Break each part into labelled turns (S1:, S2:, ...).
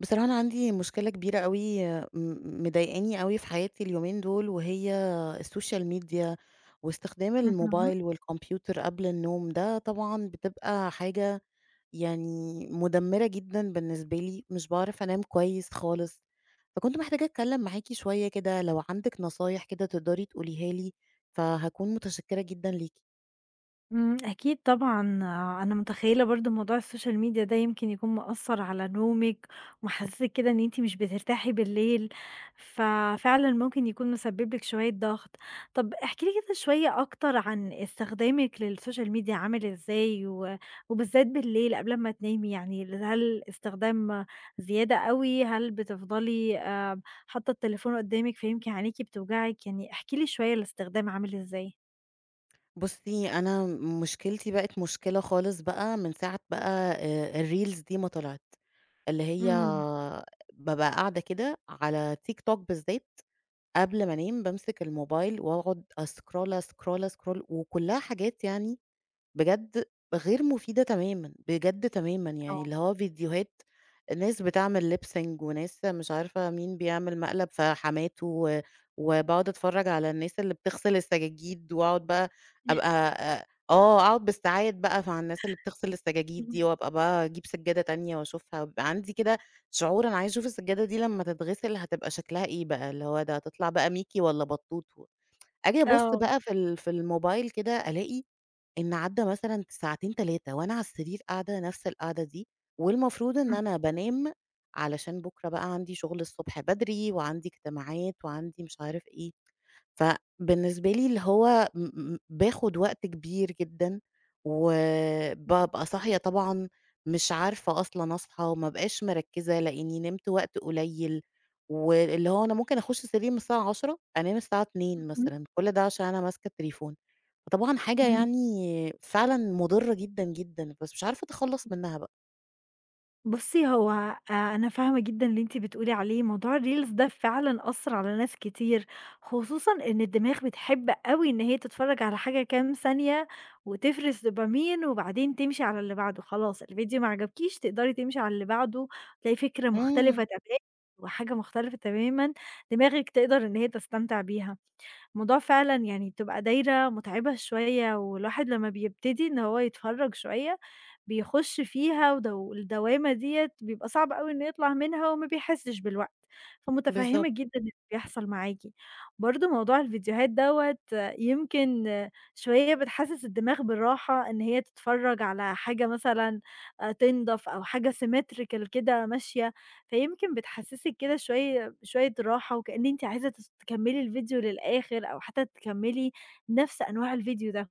S1: بصراحة أنا عندي مشكلة كبيرة أوي مضايقاني أوي في حياتي اليومين دول، وهي السوشيال ميديا واستخدام
S2: اهم،
S1: الموبايل والكمبيوتر قبل النوم، ده طبعًا بتبقى حاجة يعني مدمرة جدًا بالنسبة لي، مش باعرف أنام كويس خالص، فكنت محتاجة أتكلم معاكِ شوية كده، لو عندِك نصايح كده تقدري تقوليها لي، فهاكون متشكرة جدًا ليكِ.
S2: إمم، أكيد طبعًا، أنا متخيّلة برضه موضوع الSocial media ده يمكن يكون مأثّر على نومِك، ومحسّسِك كده إن أنتِ مش بترتاحي بالليل، ففعلًا ممكن يكون مسبب لِك شوية ضغط. طَب احكي لي كده شوية أكتر عن استخدامِك للSocial media عامل إزاي، و وبالذات بالليل قبل أمّا تنامي يعني، هل استخدام زيادة أوي، هل بتفضلي حاطّة التليفون قدّامِك فيمكن عينيكِ بتوجعِك؟ يعني احكي لي شوية الاستخدام عامل إزاي؟
S1: بُصي، أنا مشكلتي بقت مشكلة خالص بقى من ساعة بقى الreels دي ما طلعت. اللي هي
S2: إمم.
S1: بابقى قاعدة كده على TikTok بالذات قبل ما أنام بامسك الموبايل وأقعد أسكرول، أسكرول، أسكرول وكلّها حاجات يعني بجد غير مفيدة تمامًا، بجد تمامًا، يعني اللي هو فيديوهات ناس بتعمل lip-sync وناس مش عارفة مين بيعمل مقلب في حماته وباقعد أتفرّج على الناس اللي بتغسل السجاجيد وأقعد بقى أبقى أ آه، أقعد بالساعات بقى ف على الناس اللي بتغسل السجاجيد
S2: اهم.
S1: دي وأبقى بقى أجيب سجادة تانية وأشوفها، ويبقى عندي كده شعور أنا عايزة أشوف السجادة دي لمّا تتغسل هتبقى شكلها إيه بقى، اللي هو ده هتطلع بقى ميكي والّا بطوط و آجي أبُص
S2: آه.
S1: بقى في الموبايل كده ألاقي إن عدّى مثلًا ساعتين 3 وأنا على السرير قاعدة نفس القعدة دي، والمفروض إن أنا بانام علشان بُكرة بقى عندي شغل الصبح بدري وعندي اجتماعات وعندي مش عارف إيه، فبالنسبة لي اللي هو م م باخد وقت كبير جدًا، وبابقى صاحية طبعًا مش عارفة أصلًا أصحى، ما بابقاش مركّزة لإني نمت وقت قليل، واللي هو أنا ممكن أخش سرير من الساعة 10:00 أنام الساعة 02:00
S2: اهم،
S1: مثلًا، كل ده عشان أنا ماسكة التليفون. فطبعًا حاجة
S2: إمم.
S1: يعني فعلًا مضرة جدًا، جدًا، بس مش عارفة أتخلّص منها بقى.
S2: بُصّي، هو أ أنا فاهمة جدًا اللي أنتِ بتقولي عليه، موضوع الreels ده فعلًا أثّر على ناس كتير، خصوصًا إن الدماغ بتحب أوي إن هي تتفرّج على حاجة كام ثانية وتفرز دوبامين وبعدين تمشي على اللي بعده، خلاص الفيديو ما عجبكيش تقدري تمشي على اللي بعده، تلاقي فكرة
S1: إمم،
S2: مختلفة تمامًا وحاجة مختلفة تمامًا دماغِك تقدر إن هي تستمتع بيها. الموضوع فعلًا يعني بتبقى دايرة مُتعبة شوية، والواحد لمّا بيبتدي إن هو يتفرّج شوية، بيخُش فيها ودو الدوامة ديّة بيبقى صعب أوي إنه يطلع منها وما بيحسّش بالوقت، فمُتفهِّمة
S1: بالضبط،
S2: جدًا اللي بيحصل معاكِ. برضه موضوع الفيديوهات دوّة يمكن شوية بتحسّس الدماغ بالراحة إن هي تتفرّج على حاجة مثلًا تنضف أو حاجة symmetrical كده ماشية، فيمكن بتحسّسِك كده شوية شوية راحة، وكأن أنتِ عايزة تكمّلي الفيديو للآخر أو حتى تكمّلي نفس أنواع الفيديو ده.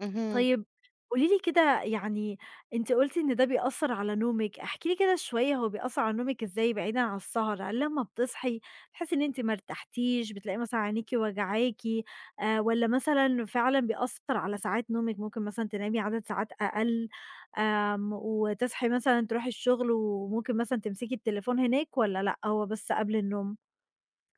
S1: اهم.
S2: طيب قولي لي كده يعني أنتِ قُلتِ إن ده بيأثّر على نومِك، احكي لي كده شوية هو بيأثّر على نومِك إزاي بعيدًا عن السهر؟ هل لمّا بتصحي بتحسّي إن أنتِ ما ارتحتيش، بتلاقي مثلًا عينيكِ وجعاكِ والّا مثلًا فعلًا بيأثّر على ساعات نومِك، ممكن مثلًا تنامي عدد ساعات أقل وتصحي مثلًا تروحي الشغل وممكن مثلًا تمسكي التليفون هناك والّا لأ، هو بس قبل النوم؟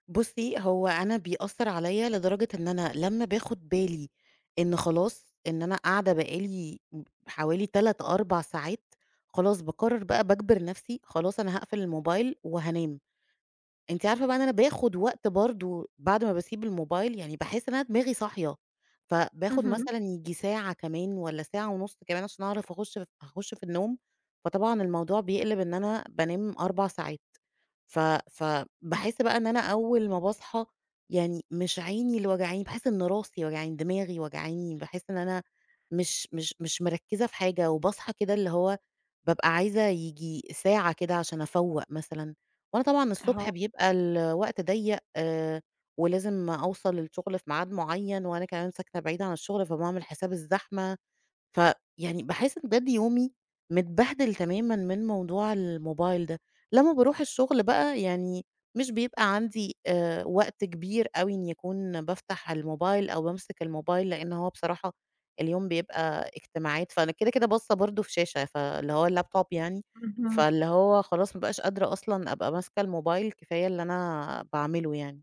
S1: بُصّي، هو أنا بيأثّر عليّا لدرجة إن أنا لمّا باخد بالي إن خلاص، إن أنا قاعدة بقى لي حوالي 3، 4 ساعات، خلاص باقرّر بقى باجبر نَفْسي خلاص أنا هاقفل الموبايل وهانام. أنتِ عارفة بقى إن أنا باخد وقت برضه بعد ما باسيب الموبايل، يعني باحس إن أنا دماغي صاحية، فباخد
S2: اهم،
S1: مثلًا ييجي ساعة كمان والّا ساعة ونُص كمان عشان أعرف أخُش في النوم، فطبعًا الموضوع بيقلب إن أنا بانام 4 ساعات. ف
S2: إمم،
S1: فباحس بقى إن أنا أول ما باصحى يعني مش عيني اللي واجعاني، باحس إن راسي واجعاني، دماغي واجعاني، باحس إن أنا مش مركّزة في حاجة، وباصحى كده اللي هو بابقى عايزة ييجي ساعة كده عشان أفوّق مثلًا، وأنا طبعًا الصبح
S2: أهو،
S1: بيبقى الوقت ضيّق، ولازم أوصل للشغل في ميعاد معيّن، وأنا كمان ساكنة بعيد عن الشغل، فباعمل حساب الزحمة. فيعني باحس إن بجد يومي متبهدل تمامًا من موضوع الموبايل ده، لمّا باروح الشغل بقى يعني مش بيبقى عندي وقت كبير أوي إني أكون بافتح الموبايل أو بامسك الموبايل، لإن هو بصراحة اليوم بيبقى اجتماعات، فأنا كده، كده باصة برضه في شاشة، فاللي هو اللابتوب يعني،
S2: اهم،
S1: فاللي هو خلاص ما بابقاش قادرة أصلًا أبقى ماسكة الموبايل، كفاية اللي أنا باعمله يعني.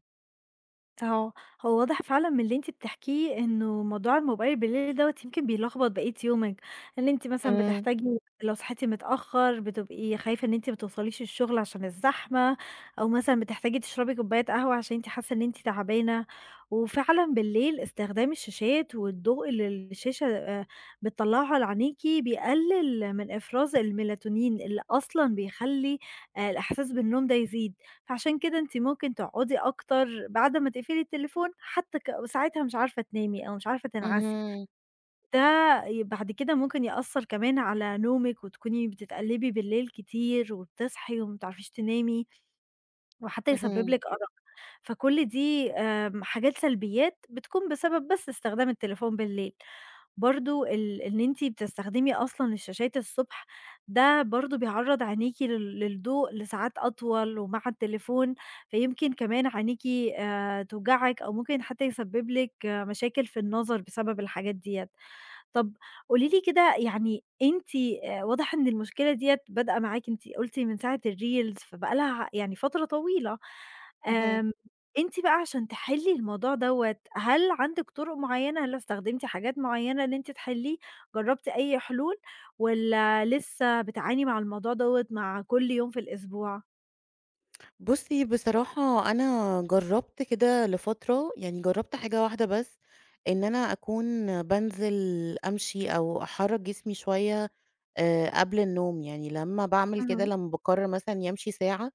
S2: أهو، هو واضح فعلًا من اللي أنتِ بتحكيه إنه موضوع الموبايل بالليل دوّة يمكن بيلخبط بقية يومِك، إن أنتِ مثلًا
S1: إمم،
S2: بتحتاجي لو صحيتِ متأخر بتبقي خايفة إن أنتِ ما توصليش الشغل عشان الزحمة، أو مثلًا بتحتاجي تشربي كوباية قهوة عشان أنتِ حاسة إن أنتِ تعبانة، وفعلًا بالليل استخدام الشاشات والضوء اللي الشاشة بتطلعه على عينيكِ بيقلل من إفراز الMelatonin اللي أصلًا بيخلي الإحساس بالنوم ده يزيد. فعشان كده أنتِ ممكن تقعدي أكتر بعد ما تقفلي التليفون، حتى ساعتها مش عارفة تنامي أو مش عارفة تنعسي،
S1: اهم،
S2: ده بعد كده ممكن يأثّر كمان على نومِك وتكوني بتتقلّبي بالليل كتير وبتصحي وما بتعرفيش تنامي، وحتى يسبب
S1: اهم،
S2: لِك أرق، فكل دي حاجات سلبيات بتكون بسبب بس استخدام التليفون بالليل. برضه إن أنتِ بتستخدمي أصلًا الشاشات الصبح، ده برضه بيعرّض عينيكِ للضوء لساعات أطول ومع التليفون، فيمكن كمان عينيكِ توجعِك أو ممكن حتى يسبب لِك مشاكل في النظر بسبب الحاجات ديّة. طب قولي لي كده يعني أنتِ واضح إن المشكلة ديّة بادئة معاكِ أنتِ قُلتِ من ساعة الreels فبقى لها يعني فترة طويلة،
S1: اهم.
S2: آمم أنتِ بقى عشان تحلّي الموضوع دوّة، هل عندِك طُرق معيّنة، هل استخدمتِ حاجات معيّنة إن أنتِ تحلّيه، جرّبتِ أي حلول والّا لسه بتعاني مع الموضوع دوّة مع كل يوم في الأسبوع؟
S1: بُصّي، بصراحة أنا جرّبت كده لفترة، يعني جرّبت حاجة واحدة بس، إن أنا أكون بانزل أمشي أو أحرّك جسمي شوية قبل النوم، يعني لمّا باعمل كده
S2: اهم،
S1: لمّا باقرر مثلًا يمشي ساعة،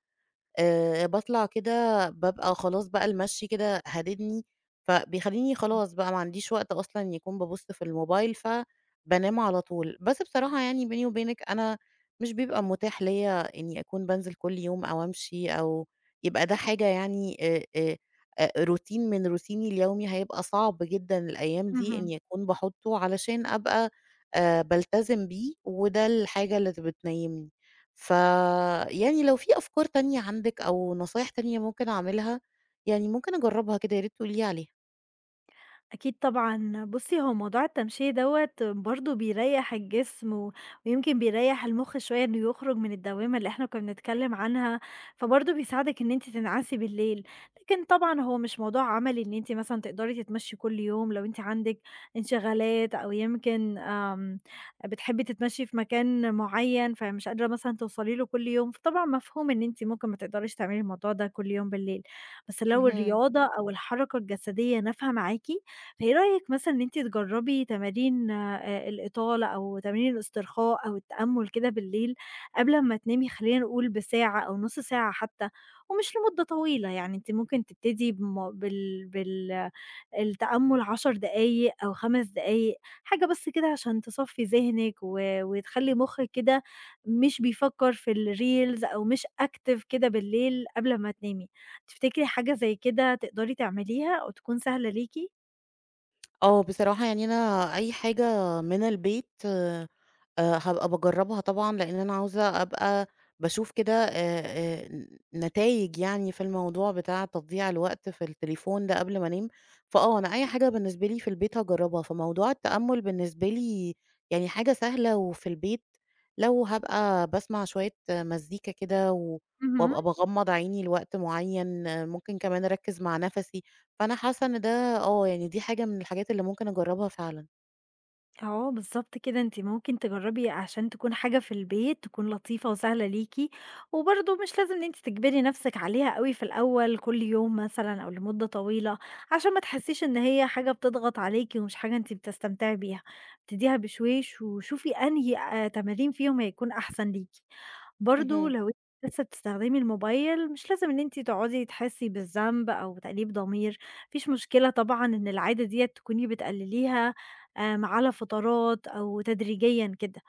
S1: باطلع كده بابقى خلاص بقى المشي كده هاددني، فبيخلّيني خلاص بقى ما عنديش وقت أصلًا يكون بابُص في الموبايل، فبانام على طول. بس بصراحة يعني بيني وبينِك أنا مش بيبقى متاح ليّا إني أكون بانزل كل يوم أو أمشي أو يبقى ده حاجة يعني routine من روتيني اليومي، هيبقى صعب جدًا الأيام دي
S2: اهم.
S1: إني أكون باحُطّه علشان أبقى بالتزم بيه، وده الحاجة اللي بتنيّمني. ف يعني لو في أفكار تانية عندِك أو نصايح تانية ممكن أعملها، يعني ممكن أجرّبها كده، يا ريت تقولي لي عليها.
S2: أكيد طبعًا. بُصّي، هو موضوع التمشية دوّة برضه بيريّح الجسم ويمكن بيريّح المُخ شوية إنه يخرج من الدوّامة اللي إحنا كُنّا بنتكلّم عنها، فبرضه بيساعدِك إن أنتِ تنعسي بالليل. لكن طبعًا هو مش موضوع عملي إن أنتِ مثلًا تقدري تتمشّي كل يوم لو أنتِ عندِك انشغالات أو يمكن بتحبّي تتمشّي في مكان معيّن، فمش قادرة مثلًا توصلي له كل يوم، فطبعًا مفهوم إن أنتِ ممكن ما تقدريش تعملي الموضوع ده كل يوم بالليل. بس لو
S1: اهم.
S2: الرياضة أو الحركة الجسدية نافعة معاكِ فإيه رأيِك مثلًا إن أنتِ تجرّبي تمارين الإطالة أو تمارين الاسترخاء أو التأمُّل كده بالليل قبل أمّا تنامي خلّينا نقول بساعة أو نُص ساعة حتى ومش لمدة طويلة، يعني أنتِ ممكن تبتدي بم بال بال التأمُّل 10 دقايق أو 5 دقايق، حاجة بس كده عشان تصفّي ذهنِك وتخلّي مُخِّك كده مش بيفكّر في الreels أو مش active كده بالليل قبل أمّا تنامي. تفتكري حاجة زي كده تقدري تعمليها وتكون سهلة ليكِ؟
S1: آه، بصراحة يعني أنا أي حاجة من البيت هابقى باجرّبها طبعًا، لإن أنا عاوزة أبقى باشوف كده ن نتايج يعني في الموضوع بتاع تضييع الوقت في التليفون ده قبل ما أنام، فآه أنا أي حاجة بالنسبة لي في البيت هاجرّبها، فموضوع التأمُّل بالنسبة لي يعني حاجة سهلة وفي البيت، لو هابقى باسمع شوية مزيكا كده
S2: اهم.
S1: وأبقى باغمّض عيني لوقت معيّن، آه، ممكن كمان أركّز مع نَفَسي، فأنا حاسة إن ده يعني دي حاجة من الحاجات اللي ممكن أجرّبها فعلًا.
S2: آه، بالضبط كده، أنتِ ممكن تجرّبي عشان تكون حاجة في البيت، تكون لطيفة وسهلة ليكِ، وبرضه مش لازم إن أنتِ تجبري نَفْسِك عليها أوي في الأول كل يوم مثلًا أو لمدة طويلة، عشان ما تحسّيش إن هي حاجة بتضغط عليكِ ومش حاجة أنتِ بتستمتعي بيها، ابتديها بشويش وشوفي أنهي تمارين فيهم هيكون أحسن ليكِ، برضه
S1: اهم.
S2: لو أنتِ لسه بتستخدمي الموبايل مش لازم إن أنتِ تقعدي تحسّي بالذنب أو تأنيب ضمير، ما فيش مشكلة طبعًا إن العادة ديّة تكوني بتقلّليها على فترات أو تدريجيًا كده.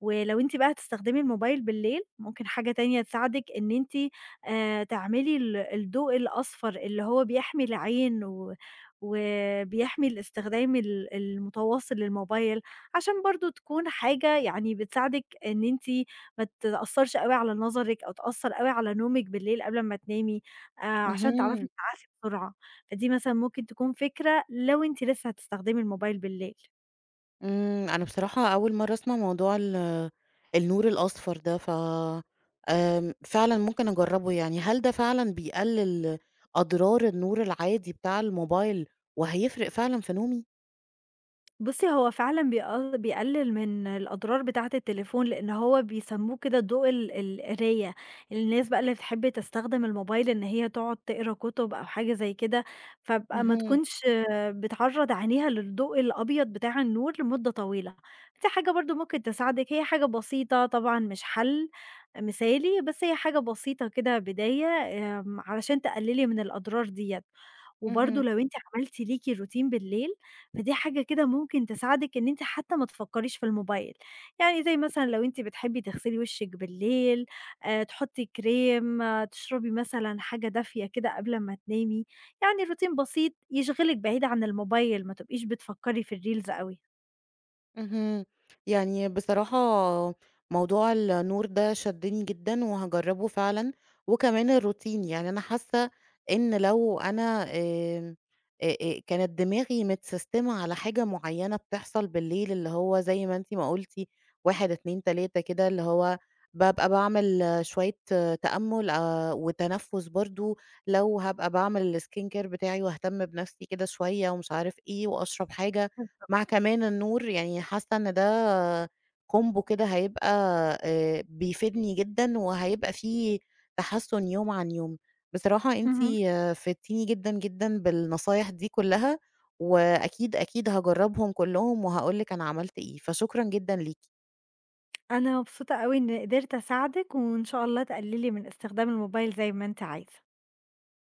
S2: ولو أنتِ بقى هتستخدمي الموبايل بالليل، ممكن حاجة تانية تساعدِك إن أنتِ تعملي الضوء الأصفر اللي هو بيحمي العين وبيحمي الاستخدام المتواصل للموبايل، عشان برضه تكون حاجة يعني بتساعدِك إن أنتِ ما تتأثّرش أوي على نظرِك أو تأثّر أوي على نومِك بالليل قبل ما تنامي، عشان تعرفي
S1: اهم.
S2: تتعافي بسرعة. فدي مثلًا ممكن تكون فكرة لو أنتِ لسه هتستخدمي الموبايل بالليل.
S1: إمم، أنا بصراحة أول مرّة أسمع موضوع النور الأصفر ده، ف فعلًا ممكن أجرّبه يعني. هل ده فعلًا بيقلل أضرار النور العادي بتاع الموبايل وهيفرق فعلًا في نومي؟
S2: بُصّي، هو فعلًا بيقلل من الأضرار بتاعة التليفون، لإن هو بيسموه كده ضوء القراية، الناس بقى اللي تحب تستخدم الموبايل إن هي تقعد تقرا كُتب أو حاجة زي كده، فابقى ما
S1: اهم،
S2: تكونش بتعرّض عينيها للضوء الأبيض بتاع النور لمدة طويلة، دي حاجة برضه ممكن تساعدِك، هي حاجة بسيطة طبعًا مش حل مثالي، بس هي حاجة بسيطة كده بداية علشان تقللي من الأضرار ديّة، وبرضه
S1: اهم.
S2: لو أنتِ عملتِ ليكِ روتين بالليل فدي حاجة كده ممكن تساعدِك إن أنتِ حتى ما تفكّريش في الموبايل، يعني زي مثلًا لو أنتِ بتحبي تغسلي وشِك بالليل، تحطّي كريم، تشربي مثلًا حاجة دافية كده قبل ما تنامي، يعني روتين بسيط يشغلِك بعيد عن الموبايل، ما تبقيش بتفكّري في الreels أوي.
S1: اهم. يعني بصراحة موضوع النور ده شدّني جدًا وهاجرّبه فعلًا، وكمان الروتين، يعني أنا حاسة إن لو أنا آمم كانت دماغي متسيستمة على حاجة معيّنة بتحصل بالليل، اللي هو زي ما أنتِ ما قُلتِ 1، 2، 3 كده، اللي هو بابقى باعمل شوية تأمُّل وتنفُّس برضه، لو هابقى باعمل الskin care بتاعي واهتم بنَفْسي كده شوية ومش عارف إيه وأشرب حاجة. مع كمان النور، يعني حاسة إن ده كومبو كده هيبقى بيفيدني جدًا، وهيبقى في تحسُّن يوم عن يوم. بصراحة أنتِ
S2: اهم.
S1: فدتيني جدًا، جدًا بالنصايح دي كلّها، وأكيد، أكيد هاجرّبهم كلّهم وهاقول لِك أنا عملت إيه، فشكرًا جدًا ليكِ.
S2: أنا مبسوطة أوي إنّي قدرت أساعدِك، وإن شاء الله تقلّلي من استخدام الموبايل زي ما أنتِ عايزة.